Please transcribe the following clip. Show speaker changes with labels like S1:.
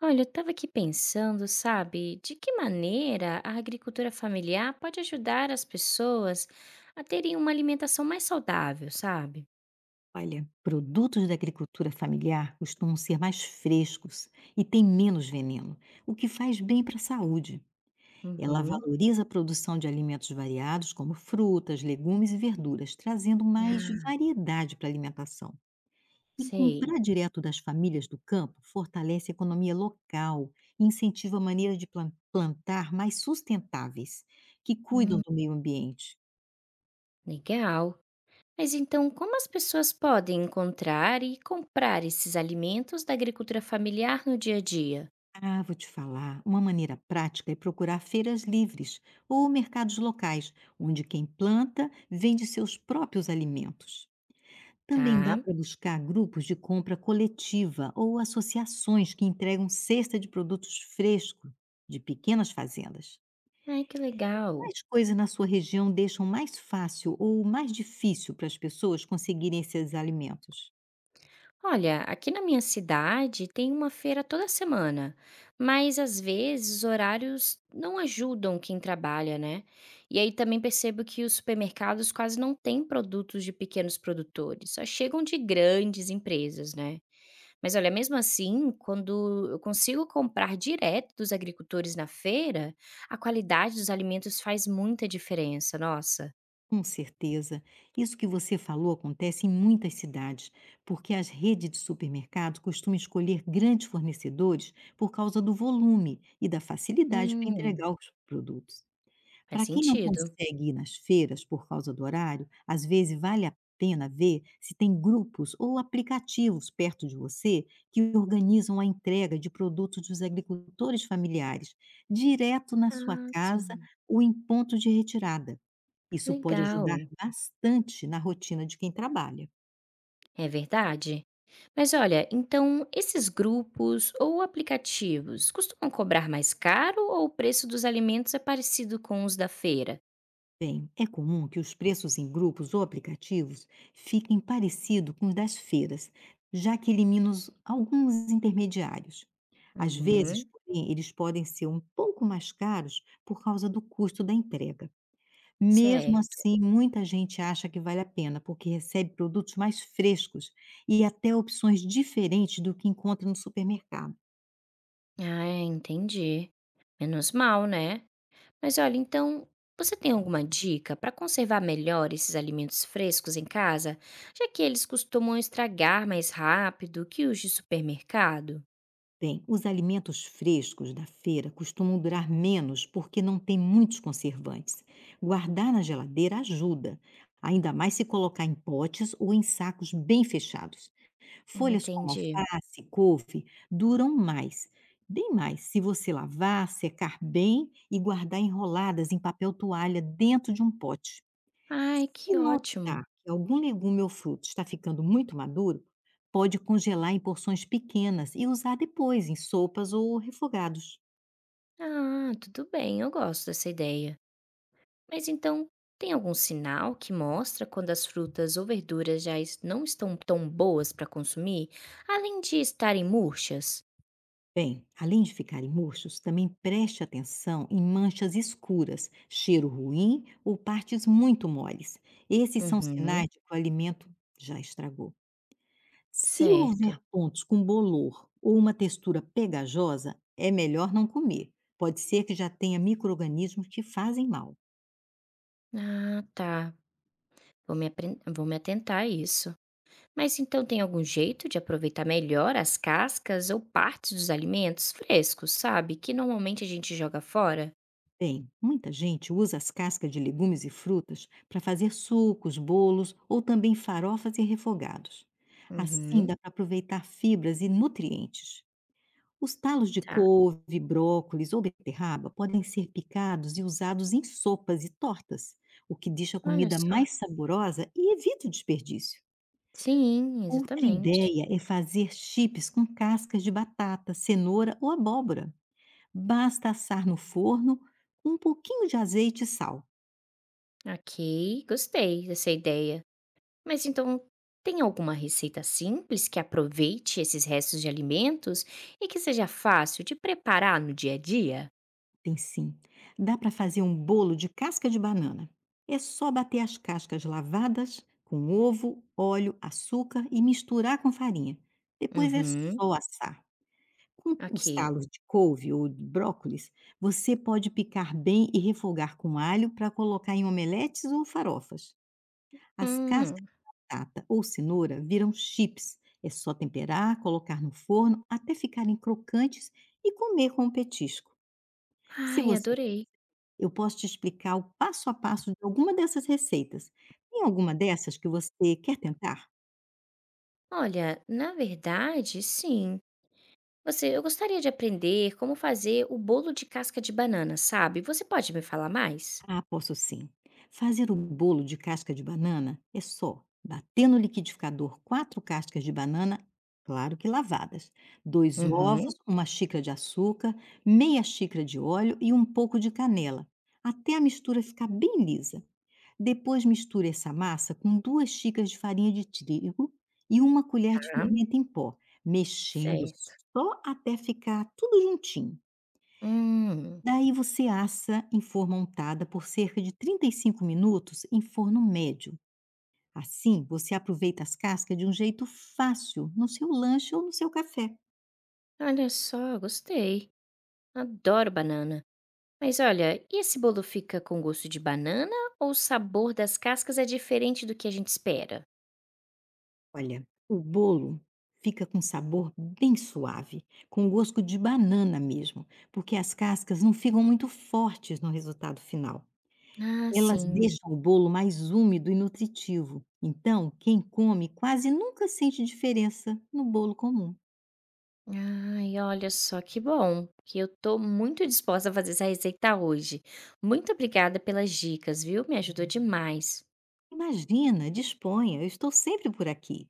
S1: Olha, eu estava aqui pensando, sabe, de que maneira a agricultura familiar pode ajudar as pessoas a terem uma alimentação mais saudável, sabe?
S2: Olha, produtos da agricultura familiar costumam ser mais frescos e têm menos veneno, o que faz bem para a saúde. Ela
S1: Uhum.
S2: valoriza a produção de alimentos variados, como frutas, legumes e verduras, trazendo mais
S1: Ah,
S2: variedade para a alimentação. E
S1: sei.
S2: comprar direto das famílias do campo fortalece a economia local e incentiva a maneira de plantar mais sustentáveis, que cuidam
S1: Hum,
S2: do meio ambiente.
S1: legal. Mas então, como as pessoas podem encontrar e comprar esses alimentos da agricultura familiar no dia a dia?
S2: Ah, vou te falar. Uma maneira prática é procurar feiras livres ou mercados locais, onde quem planta vende seus próprios alimentos. Também dá
S1: Tá?
S2: para buscar grupos de compra coletiva ou associações que entregam cesta de produtos frescos de pequenas fazendas.
S1: Ai, que legal.
S2: Quais coisas na sua região deixam mais fácil ou mais difícil para as pessoas conseguirem esses alimentos?
S1: Olha, aqui na minha cidade tem uma feira toda semana, mas às vezes os horários não ajudam quem trabalha, né? E aí também percebo que os supermercados quase não têm produtos de pequenos produtores, só chegam de grandes empresas, né? Mas olha, mesmo assim, quando eu consigo comprar direto dos agricultores na feira, a qualidade dos alimentos faz muita diferença, nossa.
S2: Com certeza, isso que você falou acontece em muitas cidades, porque as redes de supermercados costumam escolher grandes fornecedores por causa do volume e da facilidade para
S1: Hum,
S2: entregar os produtos.
S1: faz
S2: Para quem não
S1: sentido.
S2: consegue ir nas feiras por causa do horário, às vezes vale a pena ver se tem grupos ou aplicativos perto de você que organizam a entrega de produtos dos agricultores familiares direto na sua
S1: Ah,
S2: casa
S1: sim.
S2: ou em ponto de retirada. Isso pode ajudar
S1: Legal.
S2: bastante na rotina de quem trabalha.
S1: É verdade. Mas olha, então esses grupos ou aplicativos costumam cobrar mais caro ou o preço dos alimentos é parecido com os da feira?
S2: Bem, é comum que os preços em grupos ou aplicativos fiquem parecidos com os das feiras, já que eliminam alguns intermediários. Às vezes,
S1: Uhum,
S2: porém, eles podem ser um pouco mais caros por causa do custo da entrega. Mesmo
S1: certo.
S2: assim, muita gente acha que vale a pena, porque recebe produtos mais frescos e até opções diferentes do que encontra no supermercado.
S1: Ah, é, entendi. Menos mal, né? Mas olha, então você tem alguma dica para conservar melhor esses alimentos frescos em casa, já que eles costumam estragar mais rápido que os de supermercado?
S2: Bem, os alimentos frescos da feira costumam durar menos porque não tem muitos conservantes. Guardar na geladeira ajuda, ainda mais se colocar em potes ou em sacos bem fechados. Folhas como
S1: Entendi.
S2: alface, couve duram mais, bem mais, se você lavar, secar bem e guardar enroladas em papel toalha dentro de um pote.
S1: Ai,
S2: Se
S1: que ótimo.
S2: notar que algum legume ou fruto está ficando muito maduro, pode congelar em porções pequenas e usar depois em sopas ou refogados.
S1: Ah, tudo bem, eu gosto dessa ideia. Mas então, tem algum sinal que mostra quando as frutas ou verduras não estão tão boas para consumir, além de estarem murchas?
S2: Bem, além de ficarem murchos, também preste atenção em manchas escuras, cheiro ruim ou partes muito moles. Esses são sinais
S1: Uhum,
S2: de que o alimento já estragou. Se
S1: certo.
S2: houver pontos com bolor ou uma textura pegajosa, é melhor não comer. Pode ser que já tenha micro-organismos que fazem mal.
S1: Ah, tá. Vou me atentar a isso. Mas então tem algum jeito de aproveitar melhor as cascas ou partes dos alimentos frescos, sabe? Que normalmente a gente joga fora?
S2: Bem, muita gente usa as cascas de legumes e frutas para fazer sucos, bolos ou também farofas e refogados. Assim
S1: Uhum,
S2: dá para aproveitar fibras e nutrientes. Os talos de
S1: tá.
S2: couve, brócolis ou beterraba podem ser picados e usados em sopas e tortas, o que deixa a
S1: Olha
S2: comida
S1: só.
S2: mais saborosa e evita o desperdício.
S1: Sim,
S2: Outra
S1: exatamente.
S2: ideia é fazer chips com cascas de batata, cenoura ou abóbora. Basta assar no forno com um pouquinho de azeite e sal.
S1: Ok, gostei dessa ideia. Mas então, tem alguma receita simples que aproveite esses restos de alimentos e que seja fácil de preparar no dia a dia?
S2: Tem sim. Dá para fazer um bolo de casca de banana. É só bater as cascas lavadas com ovo, óleo, açúcar e misturar com farinha. Depois é
S1: Uhum,
S2: só assar. Com
S1: ok.
S2: os talos de couve ou de brócolis, você pode picar bem e refogar com alho para colocar em omeletes ou farofas. As cascas
S1: Hum,
S2: de batata ou cenoura viram chips. É só temperar, colocar no forno até ficarem crocantes e comer com um petisco. Se
S1: ai,
S2: você
S1: adorei.
S2: Eu posso te explicar o passo a passo de alguma dessas receitas. Tem alguma dessas que você quer tentar?
S1: Olha, na verdade, sim. Você, eu gostaria de aprender como fazer o bolo de casca de banana, sabe? Você pode me falar mais?
S2: Ah, posso sim. Fazer o bolo de casca de banana é só bater no liquidificador 4 cascas de banana, claro que lavadas, 2 ovos,
S1: Uhum,
S2: uma xícara de açúcar, meia xícara de óleo e um pouco de canela, até a mistura ficar bem lisa. Depois misture essa massa com 2 xícaras de farinha de trigo e uma colher de
S1: tá,
S2: fermento em pó, mexendo
S1: certo.
S2: só até ficar tudo juntinho.
S1: Hum,
S2: Daí você assa em forma untada por cerca de 35 minutos em forno médio. Assim, você aproveita as cascas de um jeito fácil no seu lanche ou no seu café.
S1: olha só, gostei. Adoro banana. Mas olha, e esse bolo fica com gosto de banana ou o sabor das cascas é diferente do que a gente espera?
S2: Olha, o bolo fica com sabor bem suave, com gosto de banana mesmo, porque as cascas não ficam muito fortes no resultado final.
S1: Ah,
S2: Elas
S1: sim.
S2: deixam o bolo mais úmido e nutritivo, então quem come quase nunca sente diferença no bolo comum.
S1: Ai, olha só que bom, que eu tô muito disposta a fazer essa receita hoje. Muito obrigada pelas dicas, viu? Me ajudou demais.
S2: Imagina, disponha, eu estou sempre por aqui.